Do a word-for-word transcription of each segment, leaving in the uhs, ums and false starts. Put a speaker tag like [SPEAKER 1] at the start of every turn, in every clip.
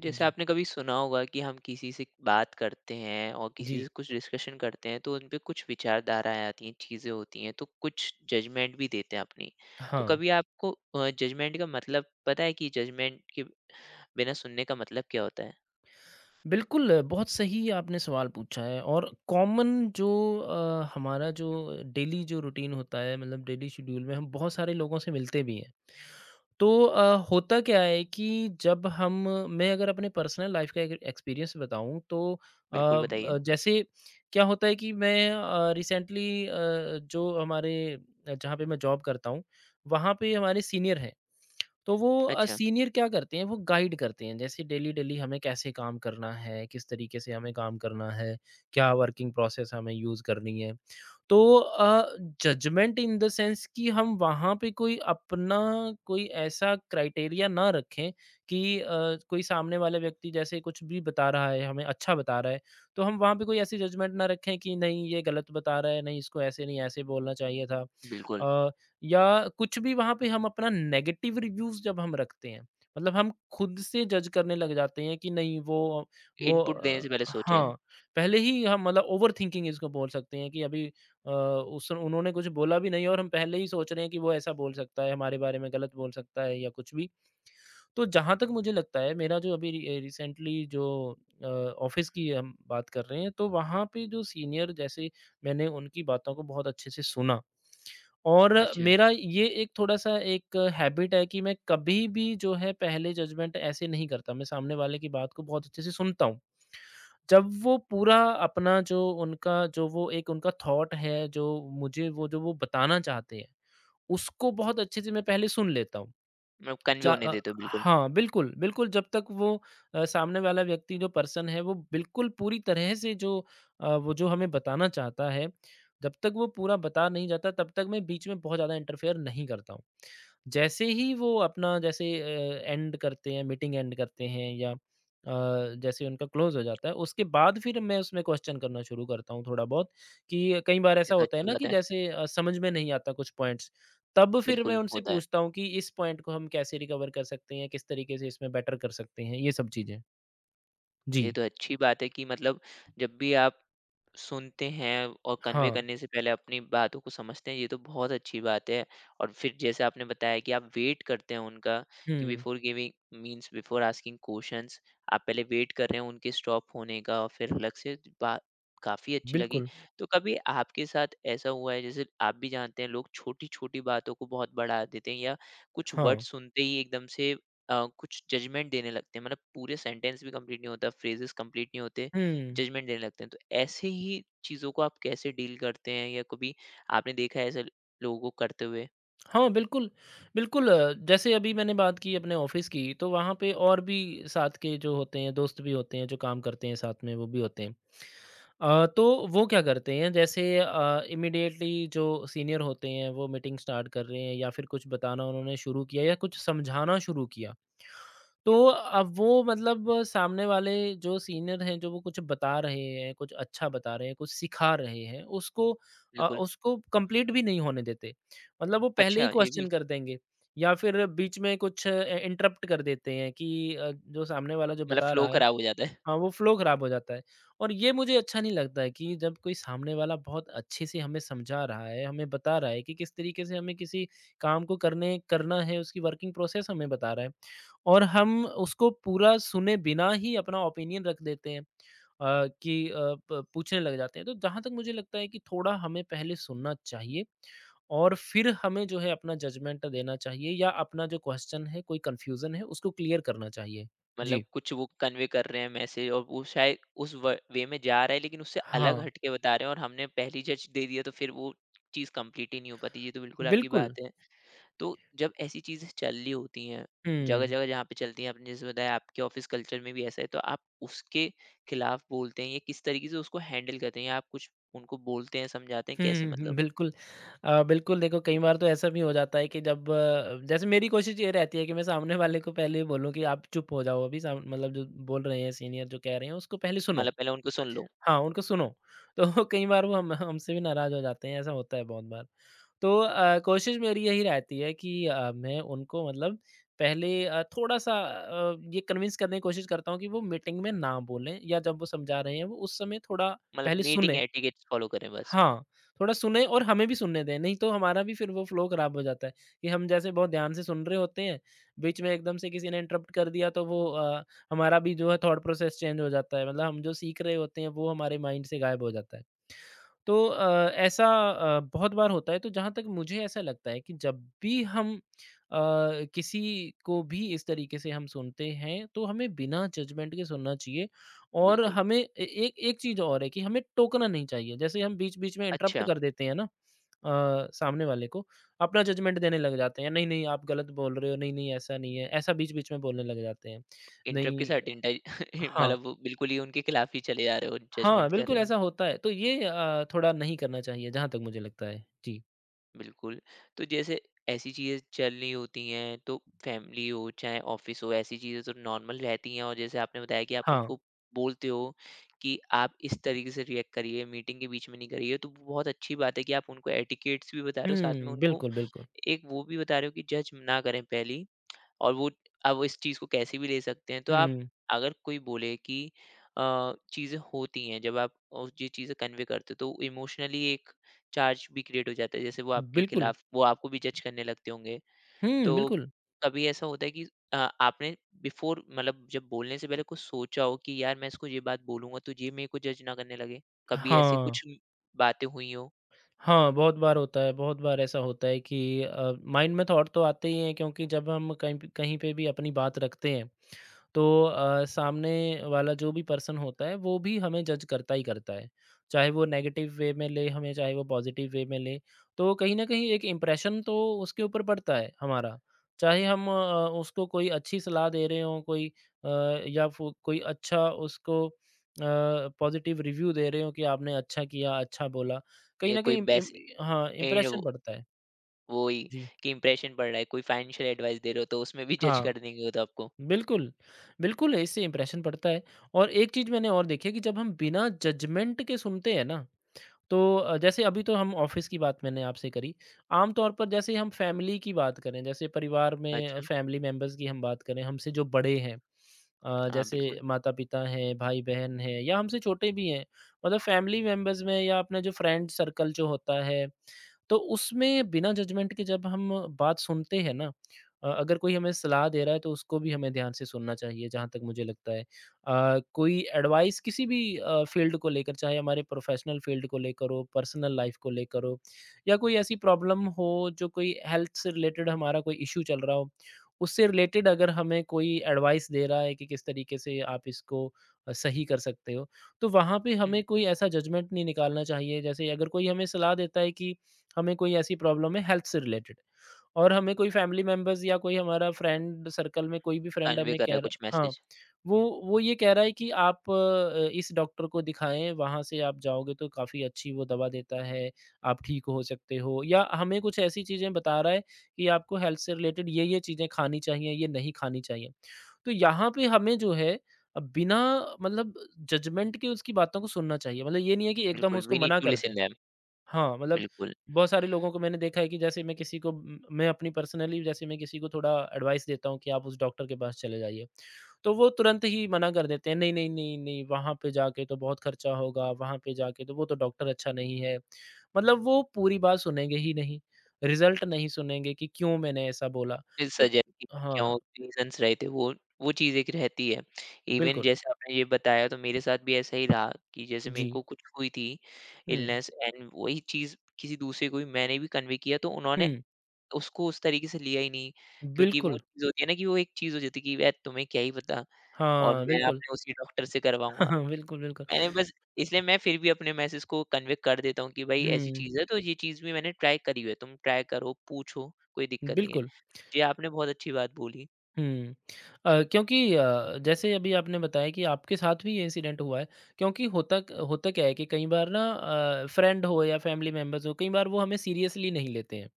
[SPEAKER 1] जैसे
[SPEAKER 2] जी।
[SPEAKER 1] आपने कभी सुना होगा कि हम किसी से बात करते हैं और किसी
[SPEAKER 2] जी।
[SPEAKER 1] से कुछ डिस्कशन करते हैं, तो उन पे कुछ विचारधाराएं आती हैं, चीज़ें होती हैं, तो कुछ जजमेंट भी देते हैं अपनी। तो
[SPEAKER 2] हाँ,
[SPEAKER 1] कभी आपको जजमेंट का मतलब पता है कि जजमेंट के बिना सुनने का मतलब क्या होता है?
[SPEAKER 2] बिल्कुल, बहुत सही आपने सवाल पूछा है। और कॉमन जो अ, हमारा जो डेली जो रूटीन होता है, मतलब डेली शेड्यूल में हम बहुत सारे लोगों से मिलते भी हैं। तो अ, होता क्या है कि जब हम मैं अगर अपने पर्सनल लाइफ़ का एक एक्सपीरियंस बताऊँ तो अ
[SPEAKER 1] बिल्कुल बताइए।
[SPEAKER 2] अ, जैसे क्या होता है कि मैं अ, रिसेंटली अ, जो हमारे अ, जहाँ पे मैं जॉब करता हूँ, वहाँ पे हमारे सीनियर हैं। तो वो अ,
[SPEAKER 1] अच्छा।
[SPEAKER 2] सीनियर क्या करते हैं, वो गाइड करते हैं, जैसे डेली डेली हमें कैसे काम करना है, किस तरीके से हमें काम करना है, क्या वर्किंग प्रोसेस हमें यूज़ करनी है। तो अ, जजमेंट इन द सेंस कि हम वहाँ पे कोई अपना कोई ऐसा क्राइटेरिया ना रखें कि अ, कोई सामने वाला व्यक्ति जैसे कुछ भी बता रहा है, हमें अच्छा बता रहा है, तो हम वहाँ पे कोई ऐसी जजमेंट ना रखें कि नहीं ये गलत बता रहा है, नहीं इसको ऐसे नहीं ऐसे बोलना चाहिए था।
[SPEAKER 1] बिल्कुल।
[SPEAKER 2] अ, या कुछ भी वहाँ पे हम अपना नेगेटिव रिव्यूज़ जब हम रखते हैं, मतलब हम खुद से जज करने लग जाते हैं कि नहीं वो वो
[SPEAKER 1] इनपुट देने
[SPEAKER 2] अ,
[SPEAKER 1] से पहले सोचें।
[SPEAKER 2] हाँ, पहले ही हम, मतलब ओवरथिंकिंग इसको बोल सकते हैं, कि अभी अ, उस उन्होंने कुछ बोला भी नहीं और हम पहले ही सोच रहे हैं कि वो ऐसा बोल सकता है, हमारे बारे में गलत बोल सकता है या कुछ भी। तो जहाँ तक मुझे लगता है, मेरा जो अभी रि रिसेंटली जो अ, ऑफ़िस की हम बात कर रहे हैं, तो वहाँ पे जो सीनियर, जैसे मैंने उनकी बातों को बहुत अच्छे से सुना। और
[SPEAKER 1] अच्छा।
[SPEAKER 2] मेरा ये एक थोड़ा-सा एक हैबिट है कि मैं कभी भी जो है पहले जजमेंट ऐसे नहीं करता, मैं सामने वाले की बात को बहुत अच्छे से सुनता हूँ। जब वो पूरा अपना जो उनका जो वो एक उनका थॉट है, जो मुझे वो जो वो बताना चाहते हैं, उसको बहुत अच्छे से मैं पहले सुन लेता हूँ।
[SPEAKER 1] मतलब कन्वे
[SPEAKER 2] जा
[SPEAKER 1] होने
[SPEAKER 2] अ,
[SPEAKER 1] देते हो, बिल्कुल।
[SPEAKER 2] हाँ, बिल्कुल, बिल्कुल, जब तक वो अ, सामने वाला व्यक्ति जो पर्सन है वो बिल्कुल पूरी तरह से जो अ, वो जो हमें बताना चाहता है, जब तक वो पूरा बता नहीं जाता तब तक मैं बीच में बहुत ज़्यादा इंटरफेयर नहीं करता हूँ। जैसे ही वो अपना, जैसे अ, एंड करते हैं, मीटिंग एंड करते हैं या अ, जैसे उनका क्लोज हो जाता है, उसके बाद फिर मैं उसमें क्वेश्चन करना शुरू करता हूँ, थोड़ा बहुत, कि कई बार
[SPEAKER 1] ये
[SPEAKER 2] ऐसा
[SPEAKER 1] तो
[SPEAKER 2] होता है
[SPEAKER 1] अच्छी
[SPEAKER 2] ना
[SPEAKER 1] बात
[SPEAKER 2] कि
[SPEAKER 1] है।
[SPEAKER 2] जैसे अ, समझ में नहीं आता कुछ पॉइंट्स। तब फिर मैं
[SPEAKER 1] बिल्कुल
[SPEAKER 2] उनसे
[SPEAKER 1] होता है।
[SPEAKER 2] पूछता हूँ कि इस पॉइंट को हम कैसे रिकवर कर सकते हैं, किस तरीके से इसमें बेटर कर सकते हैं, ये सब चीजें। जी।
[SPEAKER 1] ये तो अच्छी बात है कि मतलब जब भी आप सुनते हैं और कन्वे
[SPEAKER 2] हाँ।
[SPEAKER 1] करने से पहले अपनी बातों को समझते हैं, ये तो बहुत अच्छी बात है। और फिर जैसे आपने बताया कि आप वेट करते हैं उनका, कि
[SPEAKER 2] hmm.
[SPEAKER 1] Before giving means before asking questions, आप पहले वेट कर रहे हैं उनके स्टॉप होने का और फिर अलग से बात, काफ़ी अच्छी लगी।
[SPEAKER 2] बिल्कुल।
[SPEAKER 1] तो कभी आपके साथ ऐसा हुआ है जैसे आप भी जानते हैं, लोग छोटी-छोटी बातों को बहुत बढ़ा देते हैं या कुछ वर्ड
[SPEAKER 2] हाँ।
[SPEAKER 1] सुनते ही एकदम से अ, कुछ जजमेंट देने लगते हैं, मतलब पूरे सेंटेंस भी कंप्लीट नहीं होता, फ्रेजेस कंप्लीट नहीं होते,
[SPEAKER 2] हम्म।
[SPEAKER 1] जजमेंट देने लगते हैं, तो ऐसे ही चीज़ों को आप कैसे डील करते हैं, या कभी आपने देखा है ऐसे लोगों को करते हुए?
[SPEAKER 2] हाँ, बिल्कुल, बिल्कुल। अ, जैसे अभी मैंने बात की अपने ऑफ़िस की, तो वहाँ पे और भी साथ के जो होते हैं, दोस्त भी होते हैं, जो काम करते हैं साथ में, वो भी होते हैं। अ, तो वो क्या करते हैं, जैसे अ, इमीडिएटली जो सीनियर होते हैं, वो मीटिंग स्टार्ट कर रहे हैं या फिर कुछ बताना उन्होंने शुरू किया या कुछ समझाना शुरू किया, तो अब वो, मतलब सामने वाले जो सीनियर हैं, जो वो कुछ बता रहे हैं, कुछ अच्छा बता रहे हैं, कुछ सिखा रहे हैं, उसको अ,
[SPEAKER 1] बिल्कुल।
[SPEAKER 2] उसको कंप्लीट भी नहीं होने देते। मतलब वो पहले
[SPEAKER 1] अच्छा,
[SPEAKER 2] ही
[SPEAKER 1] ये भी।
[SPEAKER 2] क्वेश्चन कर देंगे या फिर बीच में कुछ इ इंटरप्ट कर देते हैं कि अ, जो सामने वाला जो
[SPEAKER 1] मतलब
[SPEAKER 2] बता
[SPEAKER 1] फ्लो
[SPEAKER 2] रहा है।
[SPEAKER 1] खराब हो जाता है।
[SPEAKER 2] हाँ, वो फ्लो खराब हो जाता है। और ये मुझे अच्छा नहीं लगता है कि जब कोई सामने वाला बहुत अच्छे से हमें समझा रहा है, हमें बता रहा है कि किस तरीके से हमें किसी काम को करने करना है, उसकी वर्किंग प्रोसेस हमें बता रहा है, और हम उसको पूरा सुने बिना ही अपना ओपिनियन रख देते हैं, अ, कि अ, प पूछने लग जाते हैं। तो जहाँ तक मुझे लगता है कि थोड़ा हमें पहले सुनना चाहिए और फिर हमें जो है अपना जजमेंट देना चाहिए या अपना जो क्वेश्चन है, कोई कन्फ्यूज़न है, उसको क्लियर करना चाहिए।
[SPEAKER 1] मतलब
[SPEAKER 2] जी।
[SPEAKER 1] कुछ वो कन्वे कर रहे हैं मैसेज, और वो शायद उस वे में जा रहा है, लेकिन उससे अलग
[SPEAKER 2] हाँ,
[SPEAKER 1] हटके बता रहे हैं और हमने पहली जज दे दिया, तो फिर वो चीज़ कंप्लीट ही नहीं हो पाती, ये तो बिल्कुल आपकी
[SPEAKER 2] बिल्कुल।
[SPEAKER 1] बात है। तो जब ऐसी चीज़ें चल रही होती हैं,
[SPEAKER 2] हुँ।
[SPEAKER 1] जगह-जगह जहाँ पे चलती हैं, आपने जैसे बताया आपके ऑफ़िस कल्चर में भी ऐसा है, तो आप उसके खिलाफ़ बोलते हैं या किस तरीके से उसको हैंडल करते हैं? या आप कुछ उनको बोलते हैं, समझाते हैं, कैसे
[SPEAKER 2] हुँ, हुँ,
[SPEAKER 1] मतलब?
[SPEAKER 2] बिल्कुल। अ, बिल्कुल, देखो कई बार तो ऐसा भी हो जाता है कि जब अ, जैसे मेरी कोशिश ये रहती है कि मैं सामने वाले को पहले ही बोलूँ कि आप चुप हो जाओ, अभी साम मतलब जो बोल रहे हैं सीनियर, जो कह रहे हैं उसको पहले सुनो।
[SPEAKER 1] मतलब पहले उनको सुन लो,
[SPEAKER 2] हाँ, उनको सुनो। तो कई बार वो हम हमसे भी नाराज़ हो जाते हैं, ऐसा होता है बहुत बार। तो अ, कोशिश मेरी यही रहती है कि अ, मैं उनको, मतलब पहले अ, थोड़ा-सा अ, ये कन्विंस करने की कोशिश करता हूँ कि वो मीटिंग में ना बोलें, या जब वो समझा रहे हैं वो उस समय थोड़ा
[SPEAKER 1] मतलब
[SPEAKER 2] पहले
[SPEAKER 1] मीटिंग
[SPEAKER 2] सुनें।
[SPEAKER 1] एटिकेट्स फ़ॉलो करें बस।
[SPEAKER 2] हाँ, थोड़ा सुनें और हमें भी सुनने दें, नहीं तो हमारा भी फिर वो फ्लो खराब हो जाता है। कि हम जैसे बहुत ध्यान से सुन रहे होते हैं, बीच में एकदम से किसी ने इंटरप्ट कर दिया, तो वो अ, हमारा भी जो है थॉट प्रोसेस चेंज हो जाता है, मतलब हम जो सीख रहे होते हैं वो हमारे माइंड से गायब हो जाता है। तो अ, ऐसा अ, बहुत बार होता है, तो जहाँ तक मुझे ऐसा लगता है कि जब भी हम अ, किसी को भी इस तरीके से हम सुनते हैं, तो हमें बिना जजमेंट के सुनना चाहिए, और
[SPEAKER 1] बिल्कुल।
[SPEAKER 2] हमें ए एक एक चीज़ और है कि हमें टोकना नहीं चाहिए। जैसे हम बीच-बीच में इंटरप्ट
[SPEAKER 1] अच्छा,
[SPEAKER 2] कर देते हैं ना, अ, सामने वाले को, अपना जजमेंट देने लग जाते हैं, नहीं-नहीं आप गलत बोल रहे हो, नहीं-नहीं ऐसा नहीं है, ऐसा बीच-बीच में बोलने लग जाते हैं।
[SPEAKER 1] इंटरप्ट के
[SPEAKER 2] नहीं,
[SPEAKER 1] साथ इंटा
[SPEAKER 2] हाँ,
[SPEAKER 1] मतलब वो बिल्कुल ही उनके खिलाफ़ ही चले जा रहे हो,
[SPEAKER 2] हाँ,
[SPEAKER 1] जजमेंट कर
[SPEAKER 2] बिल्कुल
[SPEAKER 1] रहे हो।
[SPEAKER 2] ऐसा होता है, तो ये अ, थोड़ा नहीं करना चाहिए, जहाँ तक मुझे लगता है। जी।
[SPEAKER 1] बिल्कुल। तो जैसे ऐसी चीज़ें चल रही होती हैं, तो फैमिली हो चाहे ऑफ़िस हो, ऐसी चीज़ें तो नॉर्मल रहती हैं, और जैसे आपने बताया कि आप
[SPEAKER 2] हाँ।
[SPEAKER 1] उनको बोलते हो कि आप इस तरीके से रिएक्ट करिए, मीटिंग के बीच में नहीं करिए। तो वो बहुत अच्छी बात है कि आप उनको एटिकेट्स भी बता रहे हो, साथ में
[SPEAKER 2] हुँ,
[SPEAKER 1] उनको
[SPEAKER 2] बिल्कुल, बिल्कुल।
[SPEAKER 1] एक वो भी बता रहे हो कि जज ना करें पहले ही। और वो अब इस चीज़ को कैसे भी ले सकते हैं। तो आप
[SPEAKER 2] हुँ,
[SPEAKER 1] अगर कोई बोले कि अ, चीज़ें होती हैं जब आप, और ये चीज़ें कन्वे करते हो, तो इमोशनली एक चार्ज भी क्रिएट हो जाता है। जैसे वो आपके
[SPEAKER 2] बिल्कुल।
[SPEAKER 1] खिलाफ, वो आपको भी जज करने लगते होंगे। तो
[SPEAKER 2] हुँ, बिल्कुल।
[SPEAKER 1] कभी ऐसा होता है कि अ, आपने बिफोर, मतलब जब बोलने से पहले कुछ सोचा हो कि यार मैं इसको ये बात बोलूँगा तो ये मेरे को जज ना करने लगे? कभी ऐसे
[SPEAKER 2] हाँ।
[SPEAKER 1] कुछ बातें हुई हों?
[SPEAKER 2] हाँ, बहुत बार होता है, बहुत बार ऐसा होता है कि अ, माइंड में थॉट तो आते ही हैं, क्योंकि जब हम कहीं पे कहीं पे भी अपनी बात रखते हैं, तो अ, सामने वाला जो भी पर्सन होता है वो भी हमें जज करता ही करता है। चाहे वो नेगेटिव वे में ले हमें, चाहे वो पॉज़िटिव वे में ले, तो कहीं न कहीं एक इम्प्रेशन तो उसके ऊपर पड़ता है हमारा। चाहे हम अ, उसको कोई अच्छी सलाह दे रहे हों, कोई अ, या फ़िर कोई अच्छा उसको अ, पॉज़िटिव रिव्यू दे रहे हों कि आपने अच्छा किया, अच्छा बोला। कहीं
[SPEAKER 1] या
[SPEAKER 2] न
[SPEAKER 1] कोई
[SPEAKER 2] कहीं इम इम
[SPEAKER 1] बेस,
[SPEAKER 2] हाँ, इम्प्रेशन पड़ता है।
[SPEAKER 1] वही
[SPEAKER 2] जी।
[SPEAKER 1] कि इम्प्रेशन पड़ रहा है, कोई फाइनेंशियल एडवाइस दे रहे हो तो उसमें भी जज
[SPEAKER 2] हाँ।
[SPEAKER 1] कर देंगे वो तो आपको।
[SPEAKER 2] बिल्कुल, बिल्कुल, इससे इम्प्रेशन पड़ता है। और एक चीज़ मैंने और देखी है कि जब हम बिना जजमेंट के सुनते हैं ना, तो अ, जैसे अभी तो हम ऑफ़िस की बात मैंने आपसे करी। आम तौर पर जैसे हम फ़ैमिली की बात करें, जैसे परिवार में अ,
[SPEAKER 1] अच्छा,
[SPEAKER 2] फ़ैमिली मेंबर्स की हम बात करें, हमसे जो बड़े हैं, अ,
[SPEAKER 1] हाँ,
[SPEAKER 2] जैसे
[SPEAKER 1] बिल्कुल।
[SPEAKER 2] माता-पिता हैं, भाई-बहन हैं या हमसे छोटे भी हैं। मतलब फ़ैमिली मेंबर्स में या अपना जो फ्रेंड सर्कल जो होता है, तो उसमें बिना जजमेंट के जब हम बात सुनते हैं ना, अ, अगर कोई हमें सलाह दे रहा है तो उसको भी हमें ध्यान से सुनना चाहिए, जहाँ तक मुझे लगता है। अ, कोई एडवाइस किसी भी अ, फ़ील्ड को लेकर, चाहे हमारे प्रोफ़ेशनल फ़ील्ड को लेकर हो, पर्सनल लाइफ़ को लेकर हो, या कोई ऐसी प्रॉब्लम हो जो कोई हेल्थ से रिलेटेड हमारा कोई इश्यू चल रहा हो, उससे रिलेटेड अगर हमें कोई एडवाइस दे रहा है कि किस तरीके से आप इसको अ, सही कर सकते हो, तो वहाँ पे
[SPEAKER 1] हुँ,
[SPEAKER 2] हमें कोई ऐसा जजमेंट नहीं निकालना चाहिए। जैसे अगर कोई हमें सलाह देता है कि हमें कोई ऐसी प्रॉब्लम है हेल्थ से रिलेटेड, और हमें कोई फ़ैमिली मेंबर्स या कोई हमारा फ्रेंड सर्कल में कोई भी फ्रेंड
[SPEAKER 1] कन्वे
[SPEAKER 2] हमें
[SPEAKER 1] कर रहा है
[SPEAKER 2] कह
[SPEAKER 1] कुछ
[SPEAKER 2] रहा, हाँ।
[SPEAKER 1] मैसेज।
[SPEAKER 2] वो वो ये कह रहा है कि आप अ, इस डॉक्टर को दिखाएँ, वहाँ से आप जाओगे तो काफ़ी अच्छी वो दवा देता है, आप ठीक हो सकते हो। या हमें कुछ ऐसी चीज़ें बता रहा है कि आपको हेल्थ से रिलेटेड ये-ये चीज़ें खानी चाहिए, ये नहीं खानी चाहिए। तो यहाँ पे हमें जो है अ, बिना मतलब जजमेंट के उसकी बातों को सुनना चाहिए। मतलब ये नहीं है कि एकदम
[SPEAKER 1] बिल्कुल,
[SPEAKER 2] उसको
[SPEAKER 1] वी नीड
[SPEAKER 2] मना
[SPEAKER 1] टू
[SPEAKER 2] कर
[SPEAKER 1] लिसन
[SPEAKER 2] दें।
[SPEAKER 1] देम।
[SPEAKER 2] हाँ, मतलब
[SPEAKER 1] बिल्कुल।
[SPEAKER 2] बहुत सारे लोगों को मैंने देखा है कि जैसे मैं किसी को म मैं अपनी पर्सनली जैसे मैं किसी को थोड़ा एडवाइस देता हूँ कि आप उस डॉक्टर के पास चले जाइए। तो वो तुरंत ही मना कर देते हैं, नहीं, नहीं, नहीं, नहीं, वहाँ पे जाके तो बहुत खर्चा होगा, वहाँ पे जाके तो वो तो डॉक्टर अच्छा नहीं है। मतलब वो पूरी बात सुनेंगे ही नहीं, रिज़ल्ट नहीं सुनेंगे कि क्यों मैंने ऐसा बोला।
[SPEAKER 1] फिर
[SPEAKER 2] तो
[SPEAKER 1] सजेस्ट किया क्यों,
[SPEAKER 2] हाँ,
[SPEAKER 1] रीज़न्स रहे थे वो वो चीज़ एक रहती है। इवन
[SPEAKER 2] बिल्कुल।
[SPEAKER 1] जैसे आपने ये बताया, तो मेरे साथ भी ऐसा ही रहा कि जैसे मेरे
[SPEAKER 2] जी।
[SPEAKER 1] को कुछ हुई थी,
[SPEAKER 2] हुँ,
[SPEAKER 1] इलनेस एंड वही चीज़ किसी दूसरे को भी मैंने भी कन्वे किया, तो उन्होंने
[SPEAKER 2] हुँ,
[SPEAKER 1] उसको उस तरीके से लिया ही नहीं, क्योंकि वो
[SPEAKER 2] बिल्कुल।
[SPEAKER 1] चीज़ होती है ना कि वो एक चीज़ हो जाती है कि यार तुम्हें क्या ही पता, और
[SPEAKER 2] हाँ,
[SPEAKER 1] मैं
[SPEAKER 2] बिल्कुल।
[SPEAKER 1] अपने उसी डॉक्टर से करवाऊँगा।
[SPEAKER 2] हाँ, बिल्कुल, बिल्कुल।
[SPEAKER 1] मैंने बस, इसलिए मैं फिर भी अपने मैसेज को कन्वे कर देता हूँ कि भाई ऐसी
[SPEAKER 2] हुँ,
[SPEAKER 1] चीज़ है तो ये चीज़ भी मैंने ट्राई करी हुई है। तुम ट्राई करो, पूछो, कोई दिक्कत नहीं है।
[SPEAKER 2] बिल्कुल।
[SPEAKER 1] जी, आपने बहुत अच्छी बात बोली।
[SPEAKER 2] हुँ। अ, क्योंकि अ, जैसे अभी आपने बताया कि आपके साथ भी ये इंसिडेंट हुआ है, क्योंकि होता क होता क्या है कि कई बार ना अ, फ्रेंड हो या फैमिली मेंबर्स हो, कई बार वो हमें सीरियसली नहीं लेते हैं।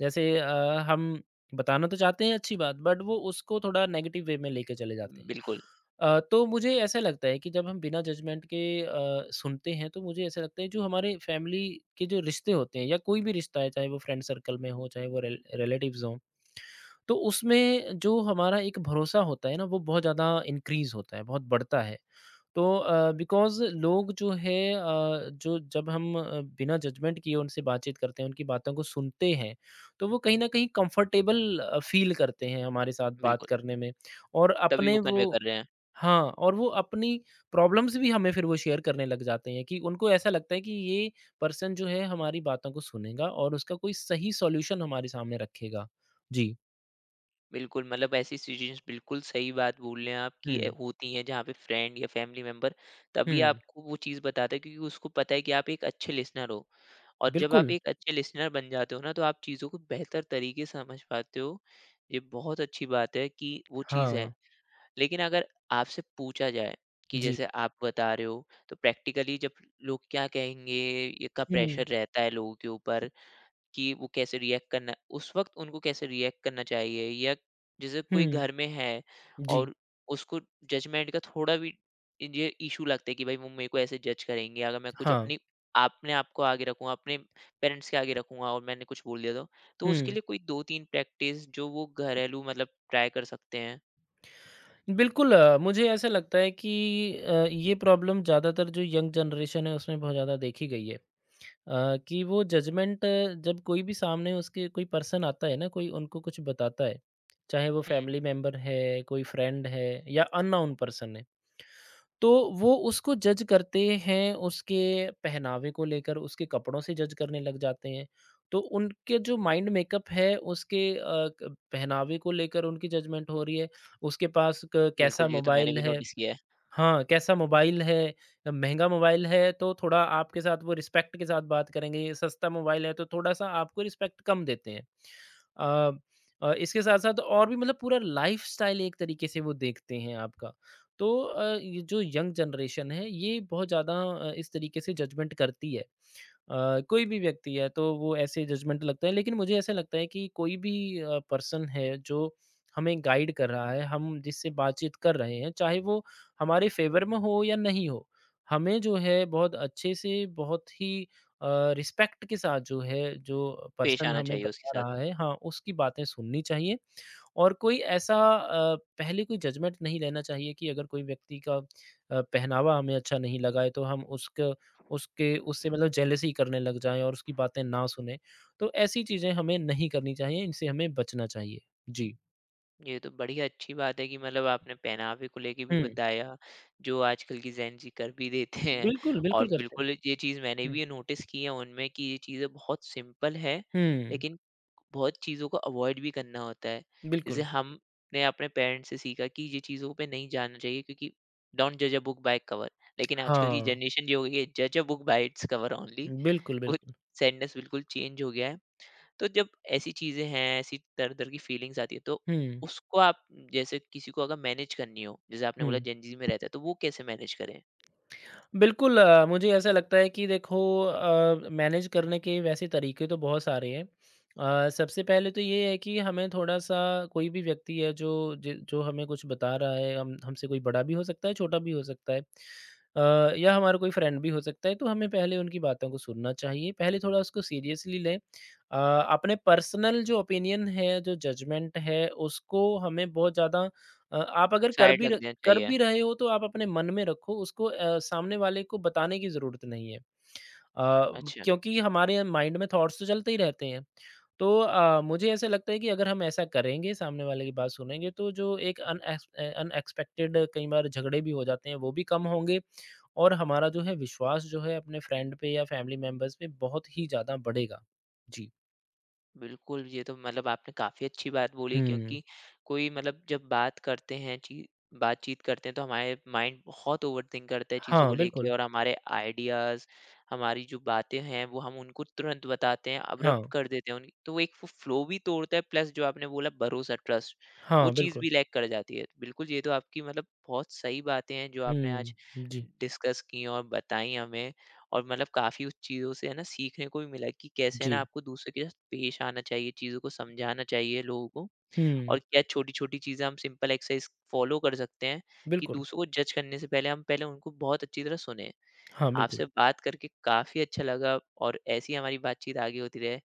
[SPEAKER 2] जैसे अ, हम बताना तो चाहते हैं अच्छी बात, बट वो उसको थोड़ा नेगेटिव वे में लेके चले जाते हैं।
[SPEAKER 1] बिल्कुल,
[SPEAKER 2] अ, तो मुझे ऐसा लगता है कि जब हम बिना जजमेंट के अ, सुनते हैं, तो मुझे ऐसा लगता है जो हमारे फैमिली के जो रिश्ते होते हैं या कोई भी रिश्ता है, चाहे वो फ्रेंड सर्कल में हो, चाहे वो रिल रिलेटिव्स हों तो उसमें जो हमारा एक भरोसा होता है ना, वो बहुत ज़्यादा इंक्रीज़ होता है, बहुत बढ़ता है। तो अ, बिकॉज़ लोग जो है अ, जो जब हम अ, बिना जजमेंट किए उनसे बातचीत करते हैं, उनकी बातों को सुनते हैं, तो वो कहीं न कहीं कंफर्टेबल अ, फ़ील करते हैं हमारे साथ बात
[SPEAKER 1] बिल्कुल।
[SPEAKER 2] करने में और
[SPEAKER 1] तभी वो
[SPEAKER 2] अपने
[SPEAKER 1] कन्वे
[SPEAKER 2] वो
[SPEAKER 1] कर रहे हैं।
[SPEAKER 2] हाँ, और वो अपनी प्रॉब्लम्स भी हमें फिर वो शेयर करने लग जाते हैं कि उनको ऐसा लगता है कि ये पर्सन जो है हमारी बातों को सुनेगा और उसका कोई सही सॉल्यूशन हमारे सामने रखेगा। जी।
[SPEAKER 1] बिल्कुल, मतलब ऐसी सिचुएशंस, बिल्कुल सही बात बोल रहे हैं आप कि अ,
[SPEAKER 2] हुँ।
[SPEAKER 1] होती हैं जहाँ पे फ्रेंड या फैमिली मेंबर तभी
[SPEAKER 2] हुँ,
[SPEAKER 1] आपको वो चीज़ बताता है, क्योंकि उसको पता है कि आप एक अच्छे लिसनर हो। और जब आप
[SPEAKER 2] बिल्कुल,
[SPEAKER 1] एक अच्छे लिसनर बन जाते हो ना, तो आप चीज़ों को बेहतर तरीके से समझ पाते हो। ये बहुत अच्छी बात है कि वो चीज़ है।
[SPEAKER 2] हाँ,
[SPEAKER 1] लेकिन अगर आपसे पूछा जाए, कि
[SPEAKER 2] जी।
[SPEAKER 1] जैसे आप बता रहे हो, तो प्रैक्टिकली जब लोग क्या कहेंगे, ये का
[SPEAKER 2] हुँ,
[SPEAKER 1] प्रेशर रहता है लोगों के ऊपर, कि वो कैसे रिएक्ट करना, उस वक़्त उनको कैसे रिएक्ट करना चाहिए, या जैसे कोई
[SPEAKER 2] हुँ,
[SPEAKER 1] घर में है
[SPEAKER 2] जी,
[SPEAKER 1] और उसको जजमेंट का थोड़ा भी ये इश्यू लगता है कि भाई वो मेरे को ऐसे जज करेंगे अगर मैं कुछ
[SPEAKER 2] हाँ,
[SPEAKER 1] अपनी, अपने आप को आगे रखूँगा, अपने पेरेंट्स के आगे रखूँगा और मैंने कुछ बोल दिया तो, तो उसके
[SPEAKER 2] हुँ।
[SPEAKER 1] लिए कोई दो तीन प्रैक्टिस जो वो घरेलू मतलब ट्राई कर सकते हैं।
[SPEAKER 2] बिल्कुल अ, मुझे ऐसा लगता है कि अ, ये प्रॉब्लम ज़्यादातर जो यंग जनरेशन है उसमें बहुत ज़्यादा देखी गई है। अ, कि वो जजमेंट जब कोई भी सामने उसके कोई पर्सन आता है ना, कोई उनको कुछ बताता है, चाहे वो
[SPEAKER 1] हुँ,
[SPEAKER 2] फैमिली मेंबर है, कोई फ्रेंड है या अननोन पर्सन है। तो वो उसको जज करते हैं, उसके पहनावे को लेकर, उसके कपड़ों से जज करने लग जाते हैं। तो उनके जो माइंड मेकअप है, उसके अ, क पहनावे को लेकर उनकी जजमेंट हो रही है। उसके पास क कैसा
[SPEAKER 1] बिल्कुल ये तो मैंने
[SPEAKER 2] मोबाइल
[SPEAKER 1] भी
[SPEAKER 2] है।
[SPEAKER 1] नोटिस किया है।
[SPEAKER 2] हाँ, कैसा मोबाइल है? महँगा मोबाइल है तो थोड़ा आपके साथ वो रिस्पेक्ट के साथ बात करेंगे, सस्ता मोबाइल है तो थोड़ा-सा आपको रिस्पेक्ट कम देते हैं। अ अ, इसके साथ-साथ और भी मतलब पूरा लाइफ़स्टाइल एक तरीके से वो देखते हैं आपका। तो अ, ये जो यंग जनरेशन है ये बहुत ज़्यादा अ, इस तरीके से जजमेंट करती है। अ, कोई भी व्यक्ति है तो वो ऐसे जजमेंटल लगता है। लेकिन मुझे ऐसा लगता है कि कोई भी अ, पर्सन है जो हमें गाइड कर रहा है, हम जिससे बातचीत कर रहे हैं, चाहे वो हमारे फ़ेवर में हो या नहीं हो, हमें जो है बहुत अच्छे से, बहुत ही अ, रिस्पेक्ट के साथ जो है, जो
[SPEAKER 1] पेश
[SPEAKER 2] पर्सन
[SPEAKER 1] आना
[SPEAKER 2] हमें
[SPEAKER 1] चाहिए उसके
[SPEAKER 2] बता
[SPEAKER 1] साथ।
[SPEAKER 2] रहा है हाँ, उसकी बातें सुननी चाहिए। और कोई ऐसा अ, पहले कोई जजमेंट नहीं लेना चाहिए कि अगर कोई व्यक्ति का अ, पहनावा हमें अच्छा नहीं लगा है, तो हम उसक उसके उससे मतलब जेलसी करने लग जाएँ और उसकी बातें ना सुनें। तो ऐसी चीज़ें हमें नहीं करनी चाहिए, इनसे हमें बचना चाहिए। जी।
[SPEAKER 1] ये तो बढ़िया अच्छी बात है कि मतलब आपने पहनावे को लेके भी
[SPEAKER 2] हुँ।
[SPEAKER 1] बताया, जो आजकल की जेन ज़ी कर भी देते हैं,
[SPEAKER 2] बिल्कुल,
[SPEAKER 1] और
[SPEAKER 2] बिल्कुल करते हैं।
[SPEAKER 1] बिल्कुल ये चीज़ मैंने
[SPEAKER 2] हुँ।
[SPEAKER 1] भी नोटिस की है उनमें कि ये चीज़ें बहुत सिंपल है,
[SPEAKER 2] हुँ,
[SPEAKER 1] लेकिन बहुत चीज़ों को अवॉइड भी करना होता है। जैसे
[SPEAKER 2] बिल्कुल।
[SPEAKER 1] हमने अपने पेरेंट्स से सीखा कि ये चीज़ों पे नहीं जाना चाहिए, क्योंकि डोंट जज a book by its cover, लेकिन आजकल की
[SPEAKER 2] हाँ,
[SPEAKER 1] जनरेशन ये हो गई है, जज a book by its cover only.
[SPEAKER 2] बिल्कुल,
[SPEAKER 1] वो
[SPEAKER 2] बिल्कुल।
[SPEAKER 1] सैडनेस बिल्कुल चेंज हो गया है। तो जब ऐसी चीज़ें हैं, ऐसी तरह-तरह की फ़ीलिंग्स आती है, तो
[SPEAKER 2] हुँ,
[SPEAKER 1] उसको आप जैसे, किसी को अगर मैनेज करनी हो, जैसे आपने बोला
[SPEAKER 2] हुँ।
[SPEAKER 1] जेन ज़ी में रहता है, तो वो कैसे मैनेज करें?
[SPEAKER 2] बिल्कुल अ, मुझे ऐसा लगता है कि देखो अ, मैनेज करने के वैसे तरीके तो बहुत सारे हैं। अ, सबसे पहले तो ये है कि हमें थोड़ा-सा कोई भी व्यक्ति है जो जि जो हमें कुछ बता रहा है, हम हमसे कोई बड़ा भी हो सकता है, छोटा भी हो सकता है अ, या हमारा कोई फ्रेंड भी हो सकता है, तो हमें पहले उनकी बातों को सुनना चाहिए। पहले थोड़ा उसको सीरियसली लें। अ, अपने पर्सनल जो ओपिनियन है, जो जजमेंट है, उसको हमें बहुत ज़्यादा अ, आप अगर कर
[SPEAKER 1] साइड
[SPEAKER 2] भी
[SPEAKER 1] रख
[SPEAKER 2] र
[SPEAKER 1] देना
[SPEAKER 2] कर
[SPEAKER 1] चाहिए।
[SPEAKER 2] भी रहे हो तो आप अपने मन में रखो उसको अ, सामने वाले को बताने की ज़रूरत नहीं है। अ,
[SPEAKER 1] अच्छा।
[SPEAKER 2] क्योंकि हमारे माइंड में थॉट्स तो चलते ही रहते हैं। तो अ, मुझे ऐसा लगता है कि अगर हम ऐसा करेंगे, सामने वाले की बात सुनेंगे तो जो एक अनएक्स अ, अनएक्सपेक्टेड कई बार झगड़े भी हो जाते हैं वो भी कम होंगे और हमारा जो है विश्वास जो है अपने फ्रेंड पे या फैमिली मेंबर्स पे बहुत ही ज़्यादा बढ़ेगा। जी।
[SPEAKER 1] बिल्कुल, ये तो मतलब आपने काफ़ी अच्छी बात बोली,
[SPEAKER 2] हुँ।
[SPEAKER 1] क्योंकि कोई, मतलब जब बात करते हैं ची बातचीत करते हैं, तो हमारे माइंड बहुत ओवरथिंक करता है चीज़ों को
[SPEAKER 2] हाँ,
[SPEAKER 1] लेके,
[SPEAKER 2] बिल्कुल।
[SPEAKER 1] और हमारे आइडियाज़, हमारी जो बातें हैं वो हम उनको तुरंत बताते हैं, अब्रप्ट
[SPEAKER 2] हाँ।
[SPEAKER 1] कर देते हैं उन्हें। तो वो एक फ़ फ़्लो भी तोड़ता है, प्लस जो आपने बोला भरोसा, ट्रस्ट, वो
[SPEAKER 2] हाँ,
[SPEAKER 1] चीज़
[SPEAKER 2] बिल्कुल।
[SPEAKER 1] भी लैक कर जाती है। बिल्कुल, ये तो आपकी, मतलब बहुत सही बातें हैं जो आपने आज
[SPEAKER 2] हुँ। जी।
[SPEAKER 1] डिस्कस की और बताई हमें। और मतलब काफ़ी उस चीज़ों से है ना सीखने को भी मिला कि कैसे है
[SPEAKER 2] जी।
[SPEAKER 1] ना आपको दूसरे के साथ पेश आना चाहिए, चीज़ों को समझाना चाहिए लोगों को, और
[SPEAKER 2] हुँ।
[SPEAKER 1] क्या छोटी-छोटी चीज़ें हम सिंपल एक्सरसाइज़ फ़ॉलो कर सकते हैं कि
[SPEAKER 2] बिल्कुल।
[SPEAKER 1] दूसरों को जज करने से पहले हम पहले उनको बहुत अच्छी तरह सुनें।
[SPEAKER 2] हाँ, बिल्कुल।
[SPEAKER 1] आपसे बात करके काफ़ी अच्छा लगा, और ऐसी ही हमारी बातचीत आगे होती रहे।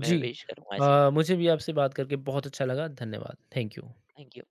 [SPEAKER 1] मैं विश करूँगा ऐसी।
[SPEAKER 2] अ, मुझे भी आपसे बात करके बहुत अच्छा लगा। धन्यवाद। Thank you.
[SPEAKER 1] Thank you.